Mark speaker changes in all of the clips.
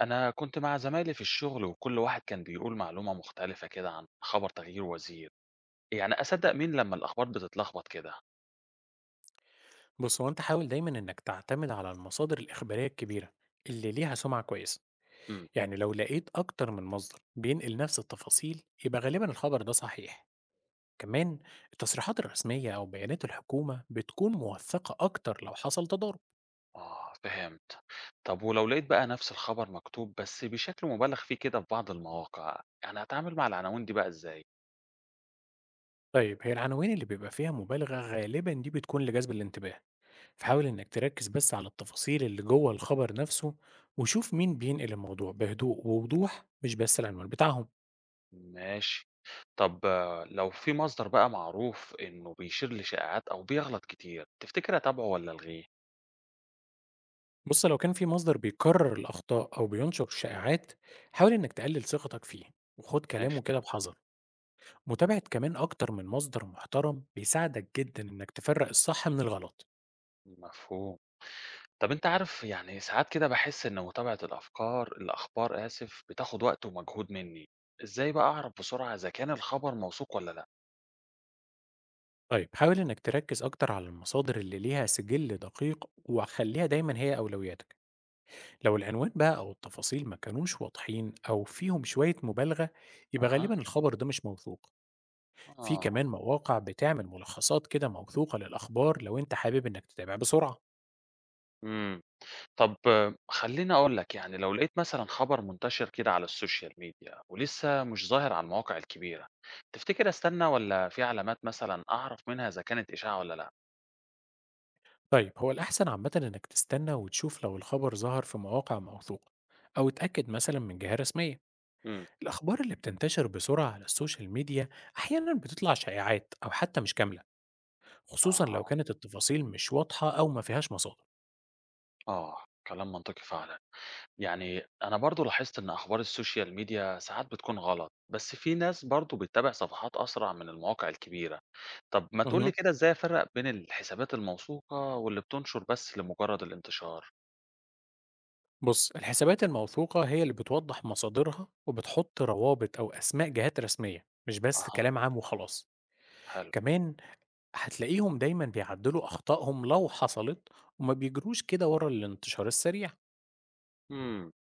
Speaker 1: أنا كنت مع زمايلي في الشغل وكل واحد كان بيقول معلومة مختلفة كده عن خبر تغيير وزير، يعني أصدق مين لما الأخبار بتتلخبط كده؟
Speaker 2: بص هو انت حاول دايما انك تعتمد على المصادر الإخبارية الكبيرة اللي ليها سمعة كويسة.
Speaker 1: امم
Speaker 2: يعني لو لقيت أكتر من مصدر بينقل نفس التفاصيل يبقى غالبا الخبر ده صحيح. كمان التصريحات الرسمية أو بيانات الحكومة بتكون موثقة أكتر لو حصل تضارب.
Speaker 1: آه، فهمت. طب ولو لقيت بقى نفس الخبر مكتوب بس بشكل مبالغ فيه كده في بعض المواقع، يعني هتعامل مع العناوين دي بقى إزاي؟
Speaker 2: طيب هي العناوين اللي بيبقى فيها مبالغة غالبا دي بتكون لجذب الانتباه، فحاول انك تركز بس على التفاصيل اللي جوه الخبر نفسه، وشوف مين بينقل الموضوع بهدوء ووضوح مش بس العنوان بتاعهم.
Speaker 1: ماشي. طب آه، لو في مصدر بقى معروف إنه بيشير لشائعات أو بيغلط كتير، تفتكر أتابعه ولا ألغيه؟
Speaker 2: بص لو كان في مصدر بيكرر الأخطاء أو بينشر شائعات، حاول إنك تقلل ثقتك فيه وخد
Speaker 1: ماشي.
Speaker 2: كلامه كده بحذر. متابعة كمان أكتر من مصدر محترم بيساعدك جدا إنك تفرق الصح من الغلط.
Speaker 1: مفهوم. طب أنت عارف، يعني ساعات كده باحس إن متابعة الأخبار بتاخد وقت ومجهود منّي، إزاي بقى أعرف بسرعة إذا كان الخبر موثوق والّا لأ؟
Speaker 2: طيب حاول إنك تركز أكتر على المصادر اللي ليها سجل دقيق وخليها دايما هي أولوياتك. لو العنوان بقى أو التفاصيل ما كانوش واضحين أو فيهم شوية مبالغة يبقى
Speaker 1: أها.
Speaker 2: غالبا الخبر ده مش موثوق. في
Speaker 1: آه.
Speaker 2: كمان مواقع بتعمل ملخصات كده موثوقة للأخبار لو أنت حابب إنك تتابع بسرعة.
Speaker 1: إمم. طب آه، خلّيني أقول لك، يعني لو لقيت مثلًا خبر منتشر كده على السوشيال ميديا ولسه مش ظاهر على المواقع الكبيرة، تفتكر أستنى والّا في علامات مثلًا أعرف منها إذا كانت إشاعة والّا لأ؟
Speaker 2: طيب هو الأحسن عامة إنك تستنى وتشوف لو الخبر ظهر في مواقع موثوقة أو اتأكد مثلا من جهة رسمية.
Speaker 1: إمم.
Speaker 2: الأخبار اللي بتنتشر بسرعة على السوشيال ميديا أحيانا بتطلع شائعات أو حتى مش كاملة، خصوصا لو
Speaker 1: أها.
Speaker 2: كانت التفاصيل مش واضحة أو ما فيهاش مصادر.
Speaker 1: آه، كلام منطقي فعلًا. يعني أنا برضو لاحظت إن أخبار السوشيال ميديا ساعات بتكون غلط، بس في ناس برضو بتتابع صفحات أسرع من المواقع الكبيرة. طب ما تقولي
Speaker 2: مهم.
Speaker 1: كده، إزاي أفرق بين الحسابات الموثوقة واللي بتنشر بس لمجرد الانتشار؟
Speaker 2: بص الحسابات الموثوقة هي اللي بتوضح مصادرها وبتحط روابط أو أسماء جهات رسمية مش بس
Speaker 1: أها.
Speaker 2: كلام عام وخلاص.
Speaker 1: حلو.
Speaker 2: كمان هتلاقيهم دايما بيعدلوا أخطائهم لو حصلت وما بيجروش كده ورا الانتشار السريع.
Speaker 1: مم.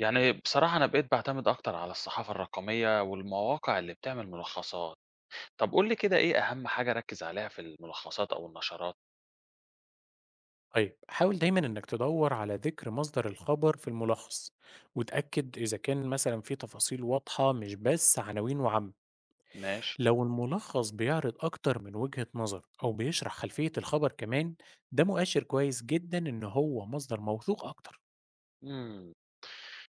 Speaker 1: يعني بصراحة أنا بقيت بعتمد أكتر على الصحافة الرقمية والمواقع اللي بتعمل ملخصات. طب قولي كده، إيه أهم حاجة أركز عليها في الملخصات أو النشرات؟
Speaker 2: طيب حاول دايما انك تدور على ذكر مصدر الخبر في الملخص، وتأكد اذا كان مثلا في تفاصيل واضحة مش بس عناوين وعم.
Speaker 1: ماشي.
Speaker 2: لو الملخص بيعرض اكتر من وجهة نظر او بيشرح خلفية الخبر كمان، ده مؤشر كويس جدا ان هو مصدر موثوق اكتر.
Speaker 1: إمم.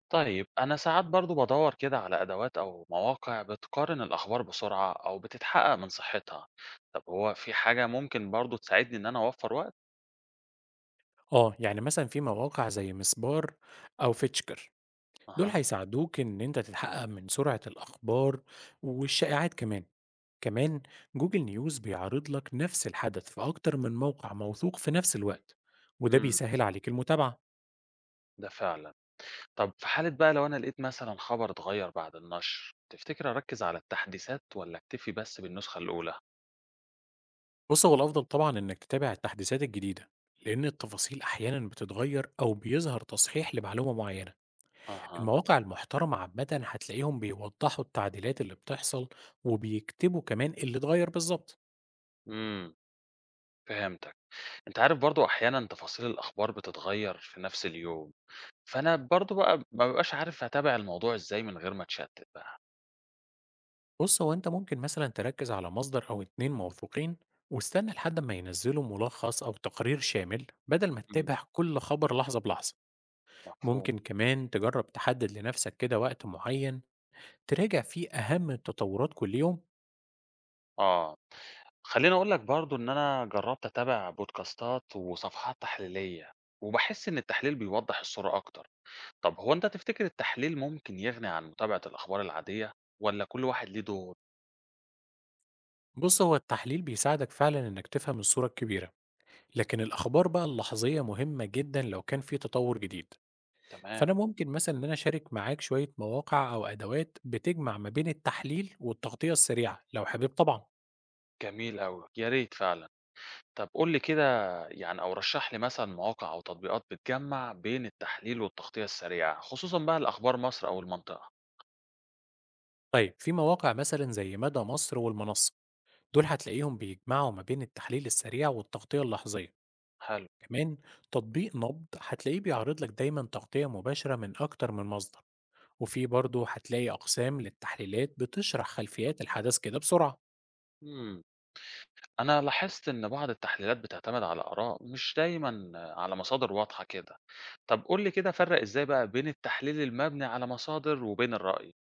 Speaker 1: طيب أنا ساعات برضه بادوّر كده على أدوات أو مواقع بتقارن الأخبار بسرعة أو بتتحقق من صحتها، طب هو في حاجة ممكن برضه تساعدني إن أنا أوفّر وقت؟
Speaker 2: اه يعني مثلا في مواقع زي مسبار او فيتشكر، دول
Speaker 1: أها.
Speaker 2: هيساعدوك إن أنت تتحقق من سرعة الأخبار والشائعات. كمان كمان جوجل نيوز بيعرض لك نفس الحدث في أكتر من موقع موثوق في نفس الوقت، وده
Speaker 1: إمم،
Speaker 2: بيسهل عليك المتابعة.
Speaker 1: ده فعلًا. طب في حالة بقى لو أنا لقيت مثلًا خبر اتغيّر بعد النشر، تفتكر أركّز على التحديثات والّا أكتفي بس بالنسخة الأولى؟
Speaker 2: بص هو الأفضل طبعا إنك تتابع التحديثات الجديدة، لأن التفاصيل أحيانا بتتغير أو بيظهر تصحيح لمعلومة معينة.
Speaker 1: أها.
Speaker 2: المواقع المحترمة عامة هتلاقيهم بيوضحوا التعديلات اللي بتحصل وبيكتبوا كمان اللي اتغير بالظبط.
Speaker 1: إمم، فهمتك. أنت عارف برضه أحيانًا تفاصيل الأخبار بتتغيّر في نفس اليوم، فأنا برضه بقى ما بابقاش عارف أتابع الموضوع إزاي من غير ما أتشتِّت بقى.
Speaker 2: بص هو انت ممكن مثلا تركز على مصدر او اتنين موثوقين، واستنى لحد ما ينزلوا ملخص او تقرير شامل بدل ما
Speaker 1: إمم،
Speaker 2: تتابع كل خبر لحظة بلحظة.
Speaker 1: مفهوم.
Speaker 2: ممكن كمان تجرب تحدد لنفسك كده وقت معين تراجع فيه اهم التطورات كل يوم.
Speaker 1: آه. خلّيني أقول لك برضه إن أنا جرّبت أتابع بودكاستات وصفحات تحليلية، وباحس إن التحليل بيوضّح الصورة أكتر. طب هو أنت تفتكر التحليل ممكن يغني عن متابعة الأخبار العادية والّا كل واحد ليه دور؟
Speaker 2: بص هو التحليل بيساعدك فعلا انك تفهم الصورة الكبيرة، لكن الاخبار بقى اللحظية مهمة جدا لو كان في تطور جديد.
Speaker 1: تمام.
Speaker 2: فانا ممكن مثلا ان انا اشارك معاك شوية مواقع او ادوات بتجمع ما بين التحليل والتغطية السريعة لو حابب طبعا.
Speaker 1: جميل أوي، يا ريت فعلًا. طب قُل لي كده، يعني أو رشّح لي مثلًا مواقع أو تطبيقات بتجمّع بين التحليل والتغطية السريعة، خصوصًا بقى لأخبار مصر أو المنطقة.
Speaker 2: طيب في مواقع مثلا زي مدى مصر والمنصة، دول هتلاقيهم بيجمعوا ما بين التحليل السريع والتغطية اللحظية.
Speaker 1: حلو.
Speaker 2: كمان تطبيق نبض هتلاقيه بيعرض لك دايما تغطية مباشرة من أكتر من مصدر، وفي برضه هتلاقي أقسام للتحليلات بتشرح خلفيات الحدث كده بسرعة.
Speaker 1: إمم. أنا لاحظت إن بعض التحليلات بتعتمد على آراء مش دايمًا على مصادر واضحة كده. طب قُل لي كده، أفرّق إزاي بقى بين التحليل المبني على مصادر وبين الرأي؟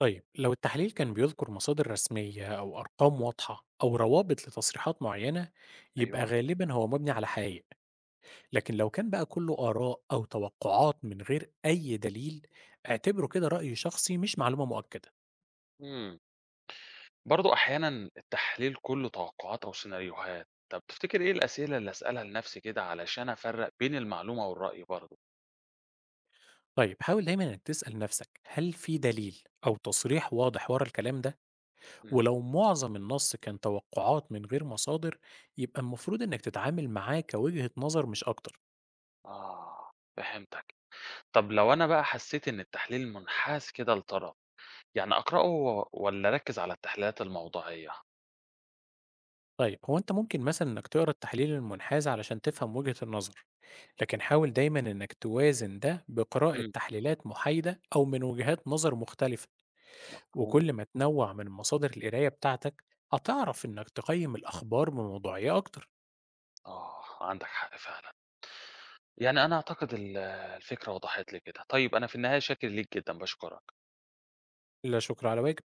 Speaker 2: طيب لو التحليل كان بيذكر مصادر رسمية أو أرقام واضحة أو روابط لتصريحات معينة، يبقى
Speaker 1: أيوه.
Speaker 2: غالبا هو مبني على حقيقة. لكن لو كان بقى كله آراء أو توقعات من غير أي دليل، اعتبره كده رأي شخصي مش معلومة مؤكدة.
Speaker 1: إمم. برضه أحيانًا التحليل كُلّه توقعات أو سيناريوهات. طب تفتكر إيه الأسئلة اللي أسألها لنفسي كده علشان أفرّق بين المعلومة والرأي برضه؟
Speaker 2: طيب حاول دايما انك تسأل نفسك هل في دليل أو تصريح واضح ورا الكلام ده.
Speaker 1: إمم.
Speaker 2: ولو معظم النص كان توقعات من غير مصادر، يبقى المفروض انك تتعامل معاه كوجهة نظر مش أكتر.
Speaker 1: آه، فهمتك. طب لو أنا بقى حسيت إن التحليل منحاز كده لطرف، يعني أقرأه والّا أركّز على التحليلات الموضوعية؟
Speaker 2: طيب هو انت ممكن مثلا انك تقرا التحليل المنحاز علشان تفهم وجهة النظر، لكن حاول دايما انك توازن ده بقراءة
Speaker 1: إمم.
Speaker 2: تحليلات محايدة او من وجهات نظر مختلفة.
Speaker 1: مفهوم.
Speaker 2: وكل ما تنوع من مصادر القراية بتاعتك هتعرف إنك تقيم الأخبار بموضوعية أكتر.
Speaker 1: آه، عندك حق فعلًا. يعني أنا أعتقد الفكرة وضحت لي كده. طيب أنا في النهاية شاكر ليك جدًا، باشكرك.
Speaker 2: لا شكر على واجب.